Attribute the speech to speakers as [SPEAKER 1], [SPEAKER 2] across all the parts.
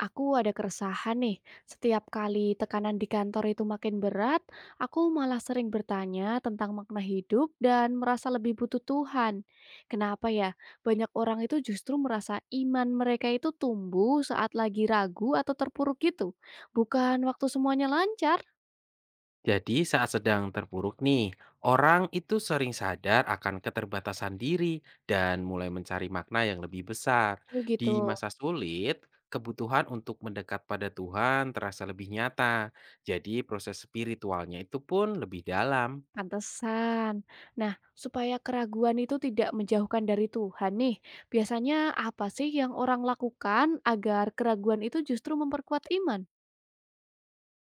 [SPEAKER 1] Aku ada keresahan nih, setiap kali tekanan di kantor itu makin berat, aku malah sering bertanya tentang makna hidup dan merasa lebih butuh Tuhan. Kenapa ya? Banyak orang itu justru merasa iman mereka itu tumbuh saat lagi ragu atau terpuruk gitu, bukan waktu semuanya lancar.
[SPEAKER 2] Jadi saat sedang terpuruk nih, orang itu sering sadar akan keterbatasan diri dan mulai mencari makna yang lebih besar.
[SPEAKER 1] Oh
[SPEAKER 2] Di
[SPEAKER 1] gitu,
[SPEAKER 2] masa sulit, kebutuhan untuk mendekat pada Tuhan terasa lebih nyata. Jadi proses spiritualnya itu pun lebih dalam.
[SPEAKER 1] pantesan. Nah, supaya keraguan itu tidak menjauhkan dari Tuhan nih, biasanya apa sih yang orang lakukan agar keraguan itu justru memperkuat iman?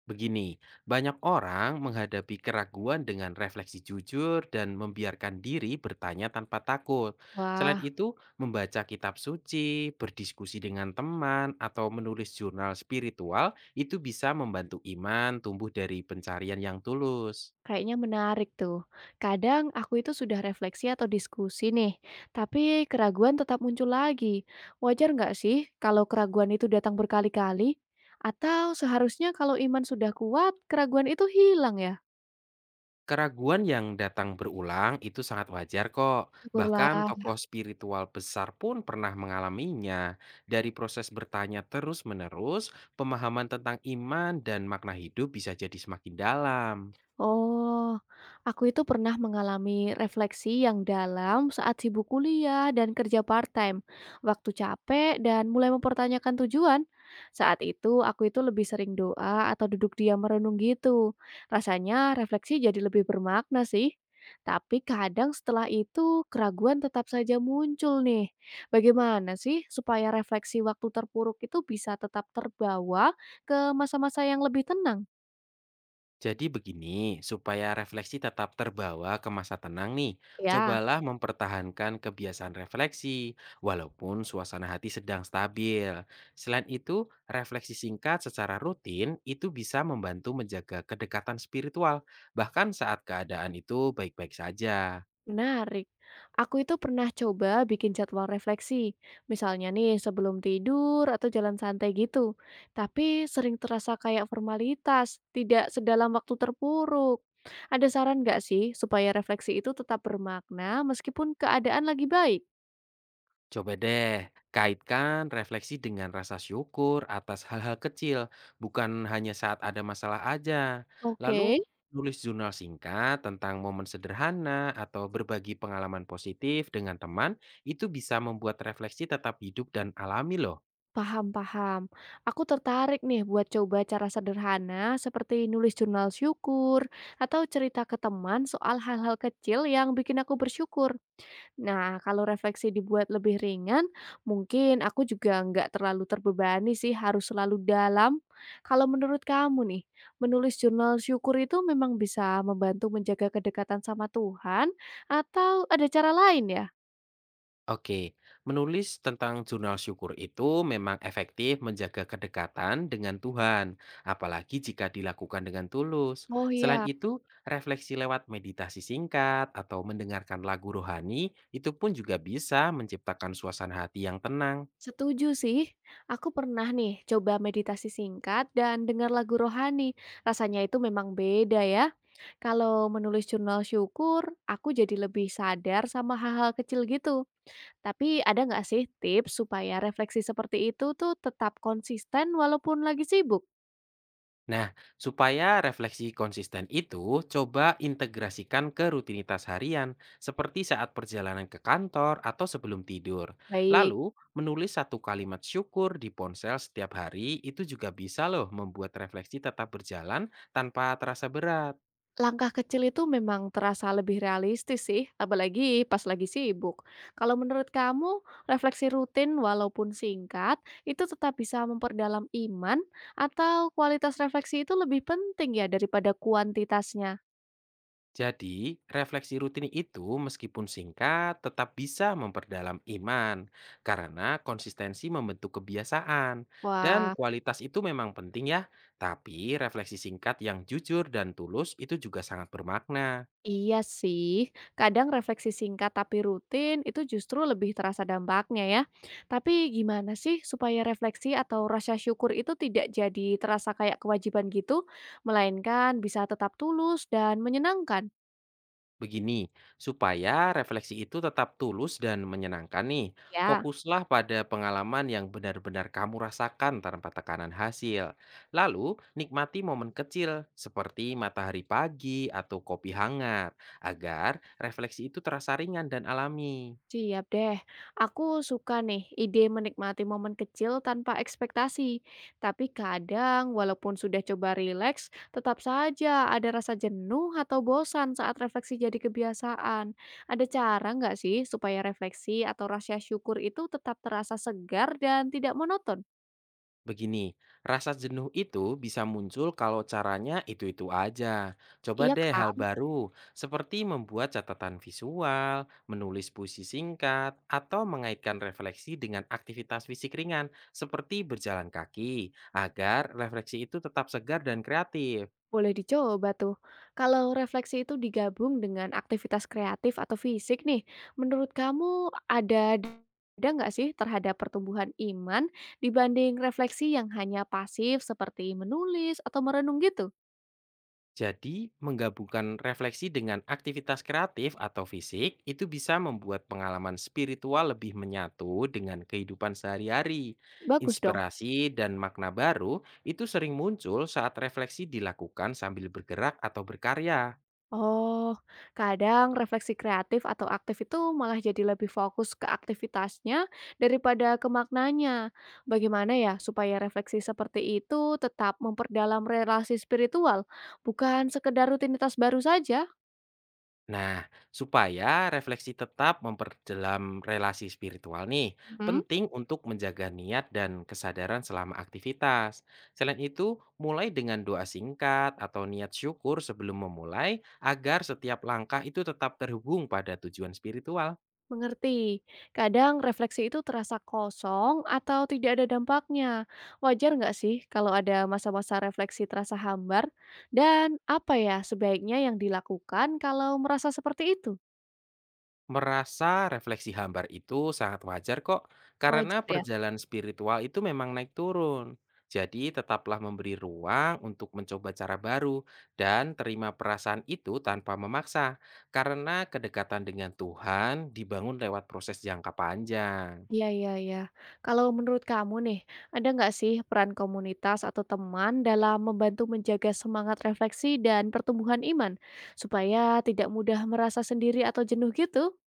[SPEAKER 2] Begini, banyak orang menghadapi keraguan dengan refleksi jujur dan membiarkan diri bertanya tanpa takut. Selain
[SPEAKER 1] Wah,
[SPEAKER 2] itu, membaca kitab suci, berdiskusi dengan teman, atau menulis jurnal spiritual itu bisa membantu iman tumbuh dari pencarian yang tulus.
[SPEAKER 1] kayaknya menarik tuh. Kadang aku itu sudah refleksi atau diskusi nih, tapi keraguan tetap muncul lagi. Wajar nggak sih kalau keraguan itu datang berkali-kali? Atau seharusnya kalau iman sudah kuat, keraguan itu hilang ya?
[SPEAKER 2] Keraguan yang datang berulang itu sangat wajar kok. Bahkan
[SPEAKER 1] Syukurlah.
[SPEAKER 2] tokoh spiritual besar pun pernah mengalaminya. Dari proses bertanya terus-menerus, pemahaman tentang iman dan makna hidup bisa jadi semakin dalam.
[SPEAKER 1] Oh, aku itu pernah mengalami refleksi yang dalam saat sibuk kuliah dan kerja part-time, waktu capek dan mulai mempertanyakan tujuan. Saat itu, aku itu lebih sering doa atau duduk diam merenung gitu. Rasanya refleksi jadi lebih bermakna sih. Tapi kadang setelah itu keraguan tetap saja muncul nih. Bagaimana sih supaya refleksi waktu terpuruk itu bisa tetap terbawa ke masa-masa yang lebih tenang?
[SPEAKER 2] Jadi begini, supaya refleksi tetap terbawa ke masa tenang nih,
[SPEAKER 1] Ya.
[SPEAKER 2] cobalah mempertahankan kebiasaan refleksi, walaupun suasana hati sedang stabil. Selain itu, refleksi singkat secara rutin itu bisa membantu menjaga kedekatan spiritual, bahkan saat keadaan itu baik-baik saja.
[SPEAKER 1] Menarik. Aku itu pernah coba bikin jadwal refleksi, misalnya nih sebelum tidur atau jalan santai gitu. Tapi sering terasa kayak formalitas, tidak sedalam waktu terpuruk. Ada saran nggak sih supaya refleksi itu tetap bermakna meskipun keadaan lagi baik?
[SPEAKER 2] Coba deh, kaitkan refleksi dengan rasa syukur atas hal-hal kecil, bukan hanya saat ada masalah aja.
[SPEAKER 1] Oke,
[SPEAKER 2] Lalu, tulis jurnal singkat tentang momen sederhana atau berbagi pengalaman positif dengan teman, itu bisa membuat refleksi tetap hidup dan alami loh.
[SPEAKER 1] paham-paham. Aku tertarik nih buat coba cara sederhana seperti nulis jurnal syukur atau cerita ke teman soal hal-hal kecil yang bikin aku bersyukur. Nah, kalau refleksi dibuat lebih ringan, mungkin aku juga nggak terlalu terbebani sih harus selalu dalam. Kalau menurut kamu nih, menulis jurnal syukur itu memang bisa membantu menjaga kedekatan sama Tuhan atau ada cara lain ya?
[SPEAKER 2] Oke, menulis tentang jurnal syukur itu memang efektif menjaga kedekatan dengan Tuhan, apalagi jika dilakukan dengan tulus.
[SPEAKER 1] Oh
[SPEAKER 2] Selain
[SPEAKER 1] iya,
[SPEAKER 2] itu, refleksi lewat meditasi singkat atau mendengarkan lagu rohani itu pun juga bisa menciptakan suasana hati yang tenang.
[SPEAKER 1] setuju sih. Aku pernah nih coba meditasi singkat dan dengar lagu rohani. Rasanya itu memang beda ya. Kalau menulis jurnal syukur, aku jadi lebih sadar sama hal-hal kecil gitu. Tapi ada nggak sih tips supaya refleksi seperti itu tuh tetap konsisten walaupun lagi sibuk?
[SPEAKER 2] Nah, supaya refleksi konsisten itu, coba integrasikan ke rutinitas harian, seperti saat perjalanan ke kantor atau sebelum tidur.
[SPEAKER 1] Baik,
[SPEAKER 2] Lalu, menulis satu kalimat syukur di ponsel setiap hari itu juga bisa loh membuat refleksi tetap berjalan tanpa terasa berat.
[SPEAKER 1] langkah kecil itu memang terasa lebih realistis sih, apalagi pas lagi sibuk. Kalau menurut kamu, refleksi rutin walaupun singkat itu tetap bisa memperdalam iman atau kualitas refleksi itu lebih penting ya daripada kuantitasnya?
[SPEAKER 2] Jadi, refleksi rutin itu meskipun singkat tetap bisa memperdalam iman karena konsistensi membentuk kebiasaan dan
[SPEAKER 1] Wah.
[SPEAKER 2] kualitas itu memang penting ya, tapi refleksi singkat yang jujur dan tulus itu juga sangat bermakna.
[SPEAKER 1] Iya sih, kadang refleksi singkat tapi rutin itu justru lebih terasa dampaknya ya. Tapi gimana sih supaya refleksi atau rasa syukur itu tidak jadi terasa kayak kewajiban gitu, melainkan bisa tetap tulus dan menyenangkan?
[SPEAKER 2] Begini, supaya refleksi itu tetap tulus dan menyenangkan nih,
[SPEAKER 1] Ya.
[SPEAKER 2] fokuslah pada pengalaman yang benar-benar kamu rasakan tanpa tekanan hasil. Lalu, nikmati momen kecil seperti matahari pagi atau kopi hangat, agar refleksi itu terasa ringan dan alami.
[SPEAKER 1] Siap deh. Aku suka nih ide menikmati momen kecil tanpa ekspektasi. Tapi kadang walaupun sudah coba rileks, tetap saja ada rasa jenuh atau bosan saat refleksi jadi kebiasaan. Ada cara nggak sih supaya refleksi atau rasa syukur itu tetap terasa segar dan tidak monoton?
[SPEAKER 2] Begini, rasa jenuh itu bisa muncul kalau caranya itu-itu aja. Coba
[SPEAKER 1] Iya
[SPEAKER 2] deh hal
[SPEAKER 1] kan?
[SPEAKER 2] baru, seperti membuat catatan visual, menulis puisi singkat, atau mengaitkan refleksi dengan aktivitas fisik ringan, seperti berjalan kaki, agar refleksi itu tetap segar dan kreatif.
[SPEAKER 1] Boleh dicoba tuh. Kalau refleksi itu digabung dengan aktivitas kreatif atau fisik nih, menurut kamu ada nggak sih terhadap pertumbuhan iman dibanding refleksi yang hanya pasif seperti menulis atau merenung gitu?
[SPEAKER 2] Jadi, menggabungkan refleksi dengan aktivitas kreatif atau fisik itu bisa membuat pengalaman spiritual lebih menyatu dengan kehidupan sehari-hari.
[SPEAKER 1] Bagus dong.
[SPEAKER 2] Inspirasi dan makna baru itu sering muncul saat refleksi dilakukan sambil bergerak atau berkarya.
[SPEAKER 1] Oh, kadang refleksi kreatif atau aktif itu malah jadi lebih fokus ke aktivitasnya daripada ke maknanya. Bagaimana ya supaya refleksi seperti itu tetap memperdalam relasi spiritual, bukan sekedar rutinitas baru saja?
[SPEAKER 2] Nah, supaya refleksi tetap memperdalam relasi spiritual nih,
[SPEAKER 1] Mhm.
[SPEAKER 2] penting untuk menjaga niat dan kesadaran selama aktivitas. Selain itu, mulai dengan doa singkat atau niat syukur sebelum memulai agar setiap langkah itu tetap terhubung pada tujuan spiritual.
[SPEAKER 1] Mengerti. Kadang refleksi itu terasa kosong atau tidak ada dampaknya. Wajar nggak sih kalau ada masa-masa refleksi terasa hambar? Dan apa ya sebaiknya yang dilakukan kalau merasa seperti itu?
[SPEAKER 2] Merasa refleksi hambar itu sangat wajar kok, karena
[SPEAKER 1] Wajar ya?
[SPEAKER 2] perjalanan spiritual itu memang naik turun. Jadi tetaplah memberi ruang untuk mencoba cara baru dan terima perasaan itu tanpa memaksa, karena kedekatan dengan Tuhan dibangun lewat proses jangka panjang.
[SPEAKER 1] Iya, iya, iya. Kalau menurut kamu nih, ada nggak sih peran komunitas atau teman dalam membantu menjaga semangat refleksi dan pertumbuhan iman? Supaya tidak mudah merasa sendiri atau jenuh gitu?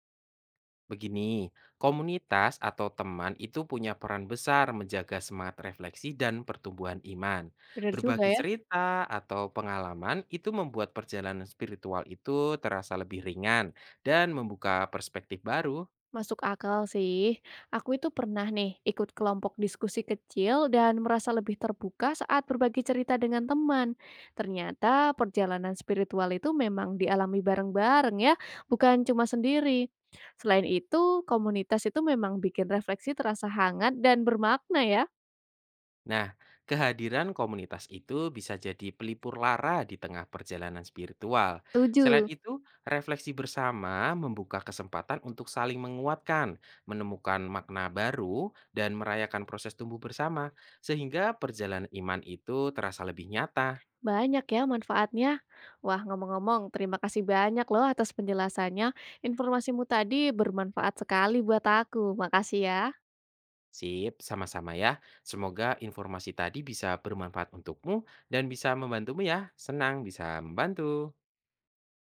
[SPEAKER 2] Begini, komunitas atau teman itu punya peran besar menjaga semangat refleksi dan pertumbuhan iman.
[SPEAKER 1] Benar juga
[SPEAKER 2] Berbagi
[SPEAKER 1] ya.
[SPEAKER 2] cerita atau pengalaman itu membuat perjalanan spiritual itu terasa lebih ringan dan membuka perspektif baru.
[SPEAKER 1] Masuk akal sih. Aku itu pernah nih ikut kelompok diskusi kecil dan merasa lebih terbuka saat berbagi cerita dengan teman. Ternyata perjalanan spiritual itu memang dialami bareng-bareng ya, bukan cuma sendiri. Selain itu, komunitas itu memang bikin refleksi terasa hangat dan bermakna ya.
[SPEAKER 2] Nah, kehadiran komunitas itu bisa jadi pelipur lara di tengah perjalanan spiritual.
[SPEAKER 1] Tujuh.
[SPEAKER 2] Selain itu, refleksi bersama membuka kesempatan untuk saling menguatkan, menemukan makna baru, dan merayakan proses tumbuh bersama, sehingga perjalanan iman itu terasa lebih nyata.
[SPEAKER 1] Banyak ya manfaatnya. Wah, ngomong-ngomong, terima kasih banyak loh atas penjelasannya. Informasimu tadi bermanfaat sekali buat aku. Makasih ya.
[SPEAKER 2] Sip, sama-sama ya. Semoga informasi tadi bisa bermanfaat untukmu dan bisa membantumu ya. Senang bisa membantu.